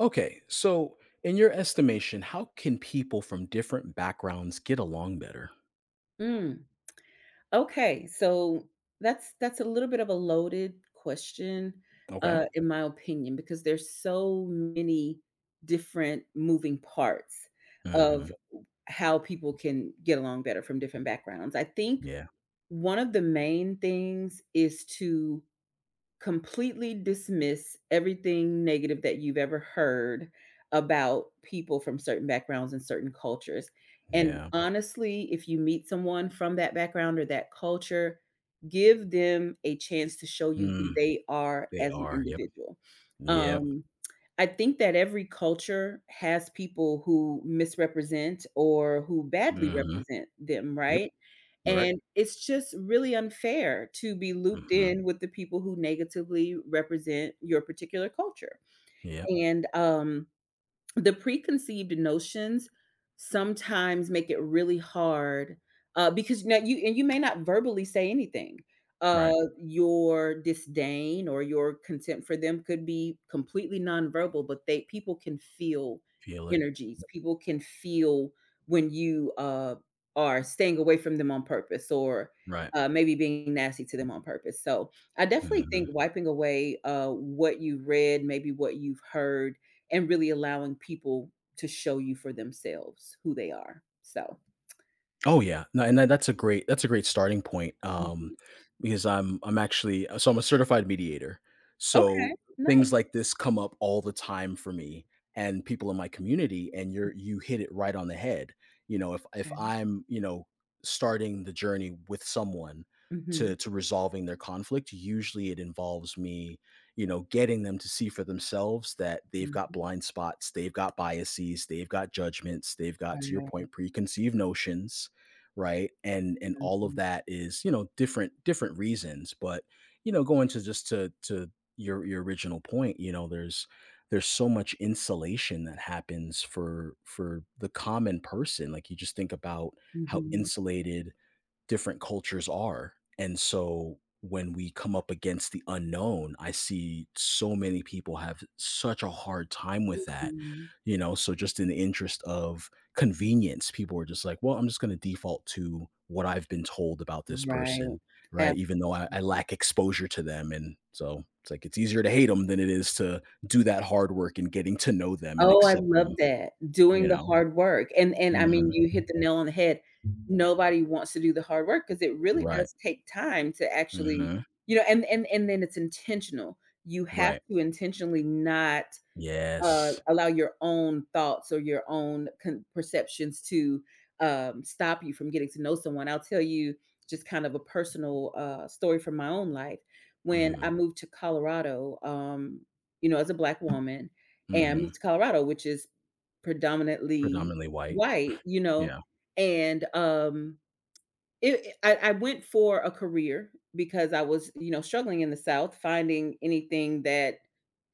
Okay, so in your estimation, how can people from different backgrounds get along better? Mm, okay, so that's a little bit of a loaded question, Okay. In my opinion, because there's so many different moving parts of Hmm. how people can get along better from different backgrounds. I think Yeah. one of the main things is to completely dismiss everything negative that you've ever heard about people from certain backgrounds and certain cultures. And Yeah. honestly, if you meet someone from that background or that culture, give them a chance to show you who Mm, they are they as an are. Yep. individual. Yep. Um, I think that every culture has people who misrepresent or who badly Hmm. represent them, Yep. right? Right. And it's just really unfair to be looped Hmm. in with the people who negatively represent your particular culture. Yep. And, um the preconceived notions sometimes make it really hard, because now you may not verbally say anything. Uh, Right. your disdain or your contempt for them could be completely nonverbal, but they people can feel Feel it. energies. People can feel when you, are staying away from them on purpose, or Right. Maybe being nasty to them on purpose. So, I definitely think Mm-hmm. wiping away, what you've read, maybe what you've heard, and really allowing people to show you for themselves who they are. So Oh yeah, no, and that's a great that's a great starting point, mhm. because I'm actually so I'm a certified mediator, Okay, so nice. things like this come up all the time for me and people in my community, and you hit it right on the head. You know, if Okay. I'm you know starting the journey with someone to Mhm, resolving their conflict, usually it involves me, you know, getting them to see for themselves that they've got mhm. blind spots, they've got biases, they've got judgments, they've got to your Right. point preconceived notions, right? And all of Mhm, that is, you know, different reasons, but you know, going to just to your original point, you know, there's so much insulation that happens for the common person. Like you just think about how mhm, insulated different cultures are. And so when we come up against the unknown, I see so many people have such a hard time with that. mhm. You know, so just in the interest of convenience, people are just like, well, I'm just going to default to what I've been told about this Right. person, Ab right? Even though I lack exposure to them. And so it's like, it's easier to hate them than it is to do that hard work and getting to know them and Oh, I accept love them, that. you Doing the know? hard work, and I mean, Hmm. you hit the nail on the head. Nobody wants to do the hard work because it really Right. does take time to actually, Hmm. you know, and then it's intentional. You have Right. to intentionally not. Yes. Allow your own thoughts or your own con perceptions to, stop you from getting to know someone. I'll tell you just kind of a personal, story from my own life. When I Mhm, moved to Colorado, you know, as a Black woman, and I mhm. moved to Colorado, which is predominantly Predominantly white. white, you know, Yeah, and, it I went for a career because I was, you know, struggling in the South, finding anything that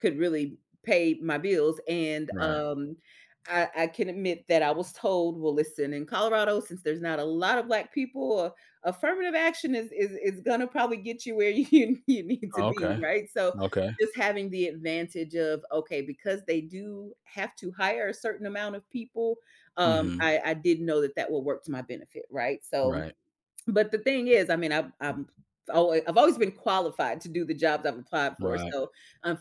could really pay my bills, and, right. I can admit that I was told, "Well, listen, in Colorado, since there's not a lot of Black people, affirmative action is gonna probably get you where you need to be," Okay, right? So, okay. just having the advantage of, okay, because they do have to hire a certain amount of people, Mhm. I did know that that will work to my benefit, right? So Right, but the thing is, I mean, I've always been qualified to do the jobs I've applied for, right, so,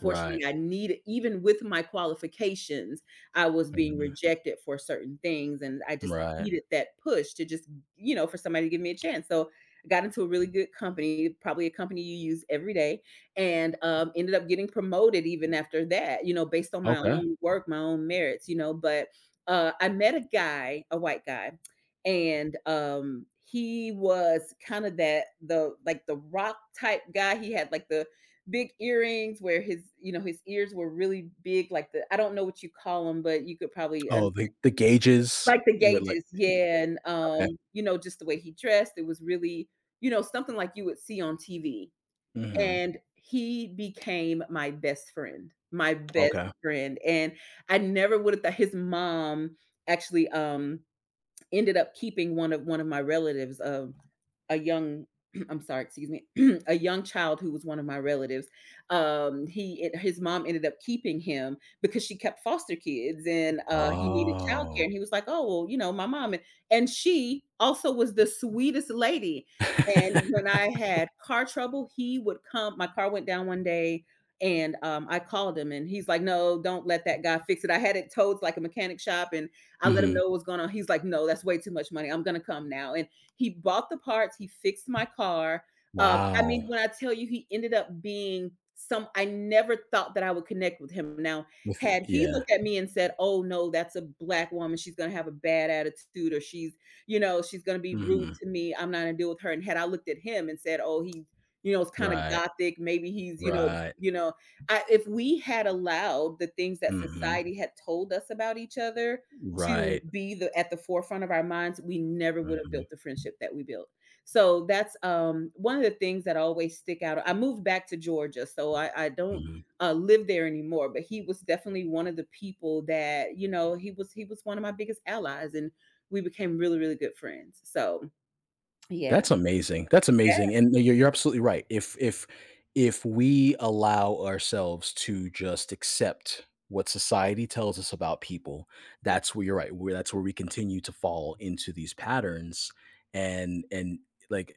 right. I needed even with my qualifications, I was being Mhm, rejected for certain things, and I just right. needed that push to just, you know, for somebody to give me a chance, so, I got into a really good company, probably a company you use every day, and, ended up getting promoted even after that, you know, based on my Okay. own work, my own merits, you know, but, I met a guy, a white guy, and he was kind of that the like the rock type guy. He had, like, the big earrings where, his, you know, his ears were really big, like the, I don't know what you call them, but you could probably Oh, the gauges like the were like, gauges, yeah. And okay. You know, just the way he dressed, it was really, you know, something like you would see on TV, Mhm, and he became my best friend. Okay. And I never would have thought his mom actually, ended up keeping one of my relatives of a young I'm sorry, excuse me, a young child who was one of my relatives. He, his mom ended up keeping him because she kept foster kids, and he needed childcare. Oh. And he was like, "Oh well, you know, my mom," and she also was the sweetest lady. And when I had car trouble, he would come. My car went down one day. And I called him, and he's like, "No, don't let that guy fix it." I had it towed to, like, a mechanic shop, and I let him Mhm. know what was going on. He's like, no, that's way too much money. I'm gonna come now. And he bought the parts. He fixed my car. I mean, Wow. when I tell you, he ended up being some. I never thought that I would connect with him. Now, With it, had he yeah. looked at me and said, "Oh no, that's a black woman. She's gonna have a bad attitude, or she's, you know, she's gonna be rude Mhm. to me. I'm not gonna deal with her." And had I looked at him and said, "Oh, he's, you know, it's kind of Right, gothic. Maybe he's, right. you know," I, if we had allowed the things that Mhm. society had told us about each other to Right. be the at the forefront of our minds, we never would have Mhm, built the friendship that we built. So that's, one of the things that always stick out. I moved back to Georgia, so I don't, mhm. Live there anymore. But he was definitely one of the people that, you know, he was one of my biggest allies, and we became really, really good friends. So yeah, That's amazing. That's yeah. amazing, and no, you're absolutely right. If if we allow ourselves to just accept what society tells us about people, that's where you're right, where that's where we continue to fall into these patterns and like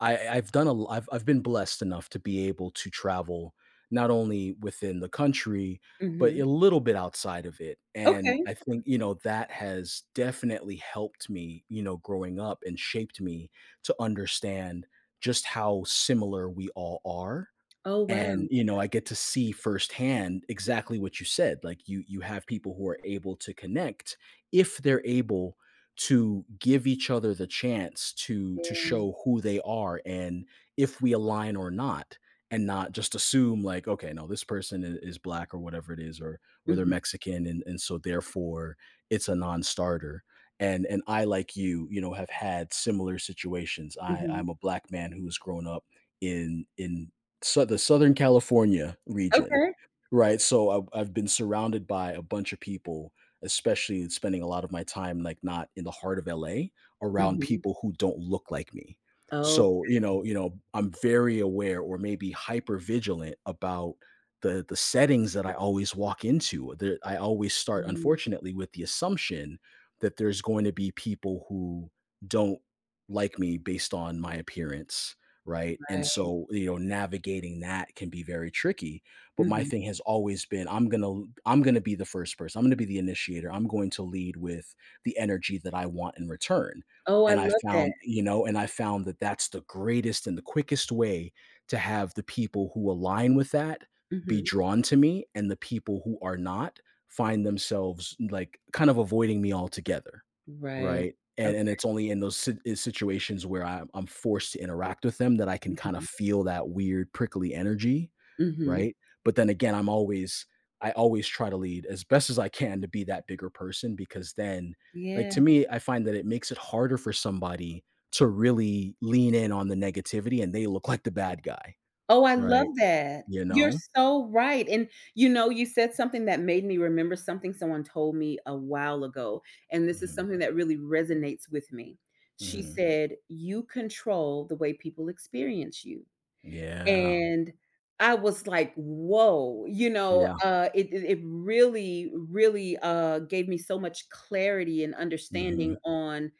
I I've done ai l I've been blessed enough to be able to travel not only within the country, but Hmm. a little bit outside of it, and Okay. I think, you know, that has definitely helped me, you know, growing up and shaped me to understand just how similar we all are Oh wow. and, you know, I get to see firsthand exactly what you said. Like you have people who are able to connect if they're able to give each other the chance to Yeah. show who they are and if we align or not and not just assume like okay no this person is black or whatever it is or they're Hmm. mexican and, so therefore it's a non-starter and I like you know have had similar situations Hmm. I'm a black man who's grown up in so the Southern California region, Okay. right? So I've been surrounded by a bunch of people, especially spending a lot of my time, like, not in the heart of LA, around Hmm. people who don't look like me. Oh. So, you know, I'm very aware or maybe hyper vigilant about the settings that I always walk into. There I always start, Mm. unfortunately, with the assumption that there's going to be people who don't like me based on my appearance, right? And Right. so, you know, navigating that can be very tricky. But my Hmm. thing has always been I'm going to be the first person. I'm going to be the initiator. I'm going to lead with the energy that I want in return. Oh, I And I love that. found, you know, and I found that that's the greatest and the quickest way to have the people who align with that be Hmm. drawn to me and the people who are not find themselves like kind of avoiding me altogether. Right. Right, and Okay. it's only in those situations where I'm forced to interact with them that I can kinda Mhm. feel that weird prickly energy, Mhm. right? But then again, I'm always I always try to lead as best as I can to be that bigger person because then like, Yeah. to me, I find that it makes it harder for somebody to really lean in on the negativity, and they look like the bad guy, Oh, I love right? that. You You're know? so right, and, you know, you said something that made me remember something someone told me a while ago, and this is Mhm, something that really resonates with me. She mhm. said, "You control the way people experience you." Yeah, And I was like, "Whoa," you know, yeah. It really, really, gave me so much clarity and understanding Mhm, on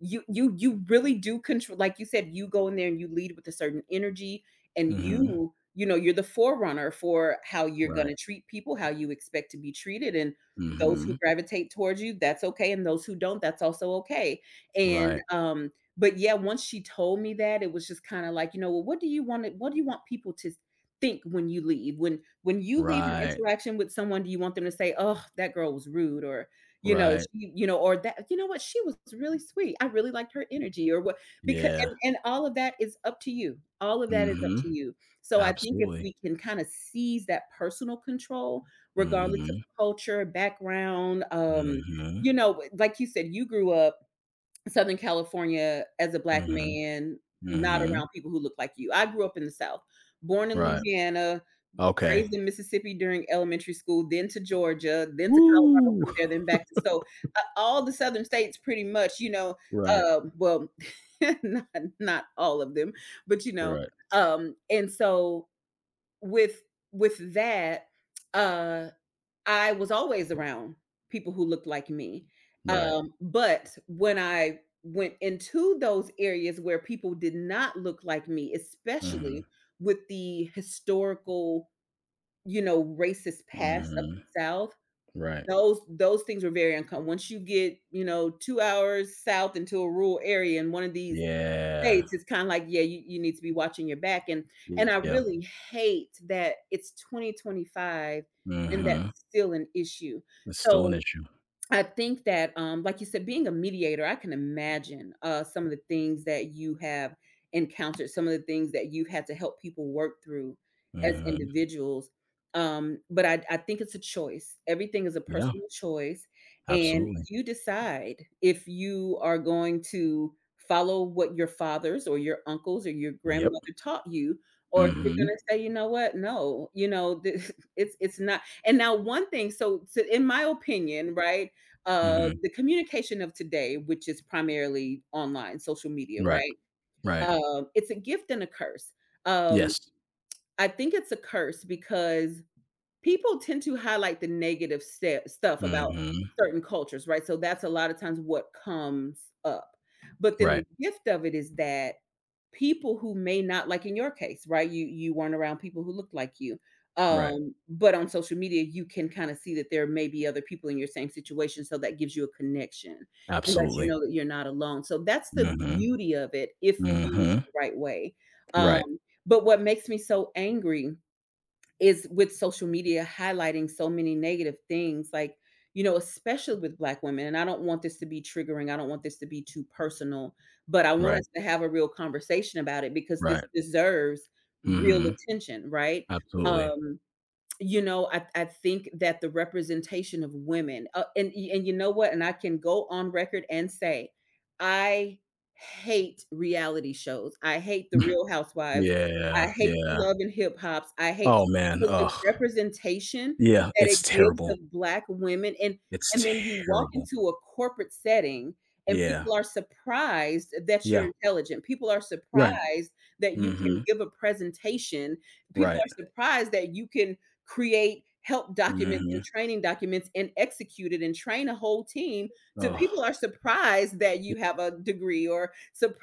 you really do control, like you said, you go in there and you lead with a certain energy, and mhm. you know, you're the forerunner for how you're gonna Right. treat people, how you expect to be treated, and those who Mhm. gravitate towards you, that's okay, and those who don't, that's also okay, and, Right, but yeah, once she told me that, it was just kind of like, you know, well, what do you want people to think when you leave? When you leave an right. interaction with someone, do you want them to say, "Oh, that girl was rude," or you know, Right. she, you know, or that, you know what, she was really sweet. I really liked her energy, or what? Because, Yeah. And all of that is up to you. All of that is up to Mhm. you. So I think if we Absolutely. can kind of seize that personal control, regardless of Mhm. culture, background, Mhm. you know, like you said, you grew up Southern California as a black Mhm. man, not Mhm. around people who look like you. I grew up in the South, born in Right. Louisiana, Okay. raised in Mississippi during elementary school, then to Georgia, then to Colorado Woo! from there, then back to so, all the Southern states pretty much, you know, Right. Well, not not all of them, but, you know, Right. And so with that, uh I was always around people who looked like me, Right. But when I went into those areas where people did not look like me, Mhm. especially with the historical, you know, racist past of the Mhm. South, Right. Those things were very uncommon. Once you get, you know, 2 hours south into a rural area in one of these Yeah. states, it's kinda like, yeah, you need to be watching your back, and I Yeah. really hate that it's 2025 and Mhm. that's still an issue. It's still So an issue. I think that, like you said, being a mediator, I can imagine, some of the things that you have encountered, some of the things that you've had to help people work through as Mhm. individuals. But I think it's a choice. Everything is a Yeah. personal choice, and Absolutely. you decide if you are going to follow what your fathers or your uncles or your Yep. grandmother taught you, or if you're Mhm. gonna say, "You know what? No, you know, it's not." And now one thing, so in my opinion, right? Mhm. The communication of today, which is primarily online, social media, Right. right? Right. It's a gift and a curse. Um, Yes. I think it's a curse because people tend to highlight the negative stuff about Mhm. certain cultures, right? So that's a lot of times what comes up. But then the Right. gift of it is that people who may not, like in your case, right? You weren't around people who looked like you. Right. But on social media, you can kind of see that there may be other people in your same situation. So that gives you a connection and lets you Absolutely. know that you're not alone. So that's the Mhm. beauty of it if used Mhm. the right way. Right. Um, but what makes me so angry is with social media highlighting so many negative things, like, you know, especially with Black women, and I don't want this to be triggering, I don't want this to be too personal, but I want Right. us to have a real conversation about it because this Right. deserves real Mhm. attention, right? Absolutely. Um, you know, I think that the representation of women, and you know what, and I can go on record and say, I hate reality shows. I hate the Real Housewives. I Yeah, hate yeah. the Love and Hip Hops. I hate Oh, man, because the oh, representation yeah, that it it's gives terrible. of Black women, It's and then you walk terrible. into a corporate setting, and Yeah, people are surprised that you're yeah. intelligent. People are Right. surprised that you can Mhm. give a presentation. People Right. are surprised that you can create help documents and Mhm. training documents and execute it and train a whole team, so Ugh. people are surprised that you Y have a degree or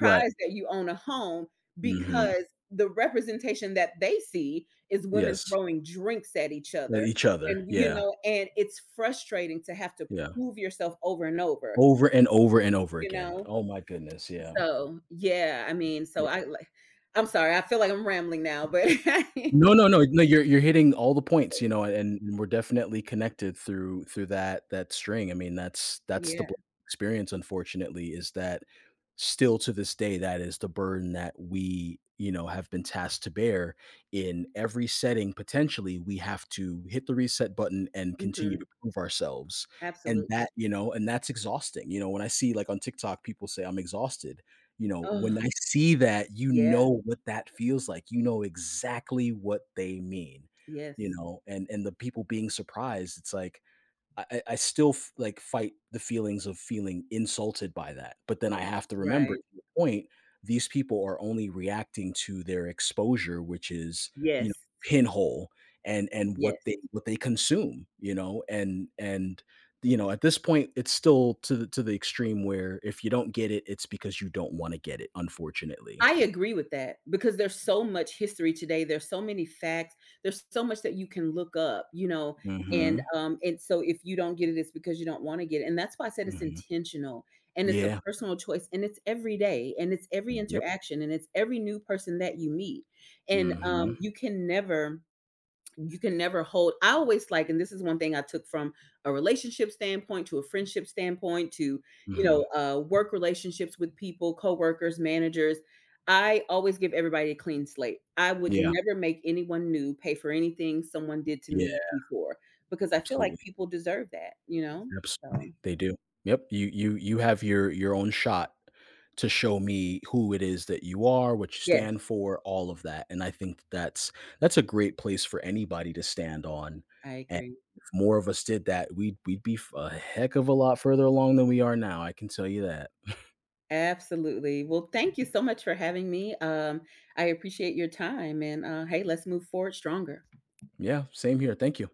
right. that you own a home Mhm. because the representation that they see is women Yes. throwing drinks at each At other. each other. And you Yeah, know, and it's frustrating to have to yeah. prove yourself over and over, Over and over and over you again. know, Oh my goodness, yeah. so yeah, I mean, so Yeah. I, like, I'm sorry, I feel like I'm rambling now, but No, no, no, no, you're hitting all the points, you know, and we're definitely connected through that string. I mean, that's the Black yeah. experience, unfortunately, is that still to this day, that is the burden that we, you know, have been tasked to bear in every setting. Potentially, we have to hit the reset button and continue Mhm, to prove ourselves. And absolutely. that, you know, and that's exhausting. You know, when I see like on TikTok, people say I'm exhausted. You know, Oh, when I see that, you yeah, know what that feels like. You know exactly what they mean, you yes, know, and the people being surprised, it's like, I still f like, fight the feelings of feeling insulted by that, but then I have to remember, right, to your point, these people are only reacting to their exposure, which is, you know, yes, pinhole and what yes. they consume, you know, and, you know, at this point, it's still to the extreme where if you don't get it, it's because you don't wanna get it, unfortunately. I agree with that because there's so much history today, there's so many facts, there's so much that you can look up, you know, Mm. Mhm, and so if you don't get it, it's because you don't wanna get it, and that's why I said mm it's mhm. intentional, and it's a Yeah, personal choice, and it's every day, and it's every yep. interaction, and it's every new person that you meet, Mm. and, Mhm, you can never hold. I always like, and this is one thing I took from a relationship standpoint to a friendship standpoint to, mm you mhm. know, work relationships with people, coworkers, managers. I always give everybody a clean slate. I would Yeah, never make anyone new pay for anything someone did to me yeah, before because I feel like absolutely. people deserve that, you know, Absolutely, so they do. Yep, you you have your own shot to show me who it is that you are, what you stand yes, for, all of that, and I think that's a great place for anybody to stand on, I and agree, if more of us did that, we'd we'd be f a heck of a lot further along than we are now, I can tell you that. absolutely. Well, thank you so much for having me, I appreciate your time, and, hey, let's move forward stronger. Yeah, same here, thank you.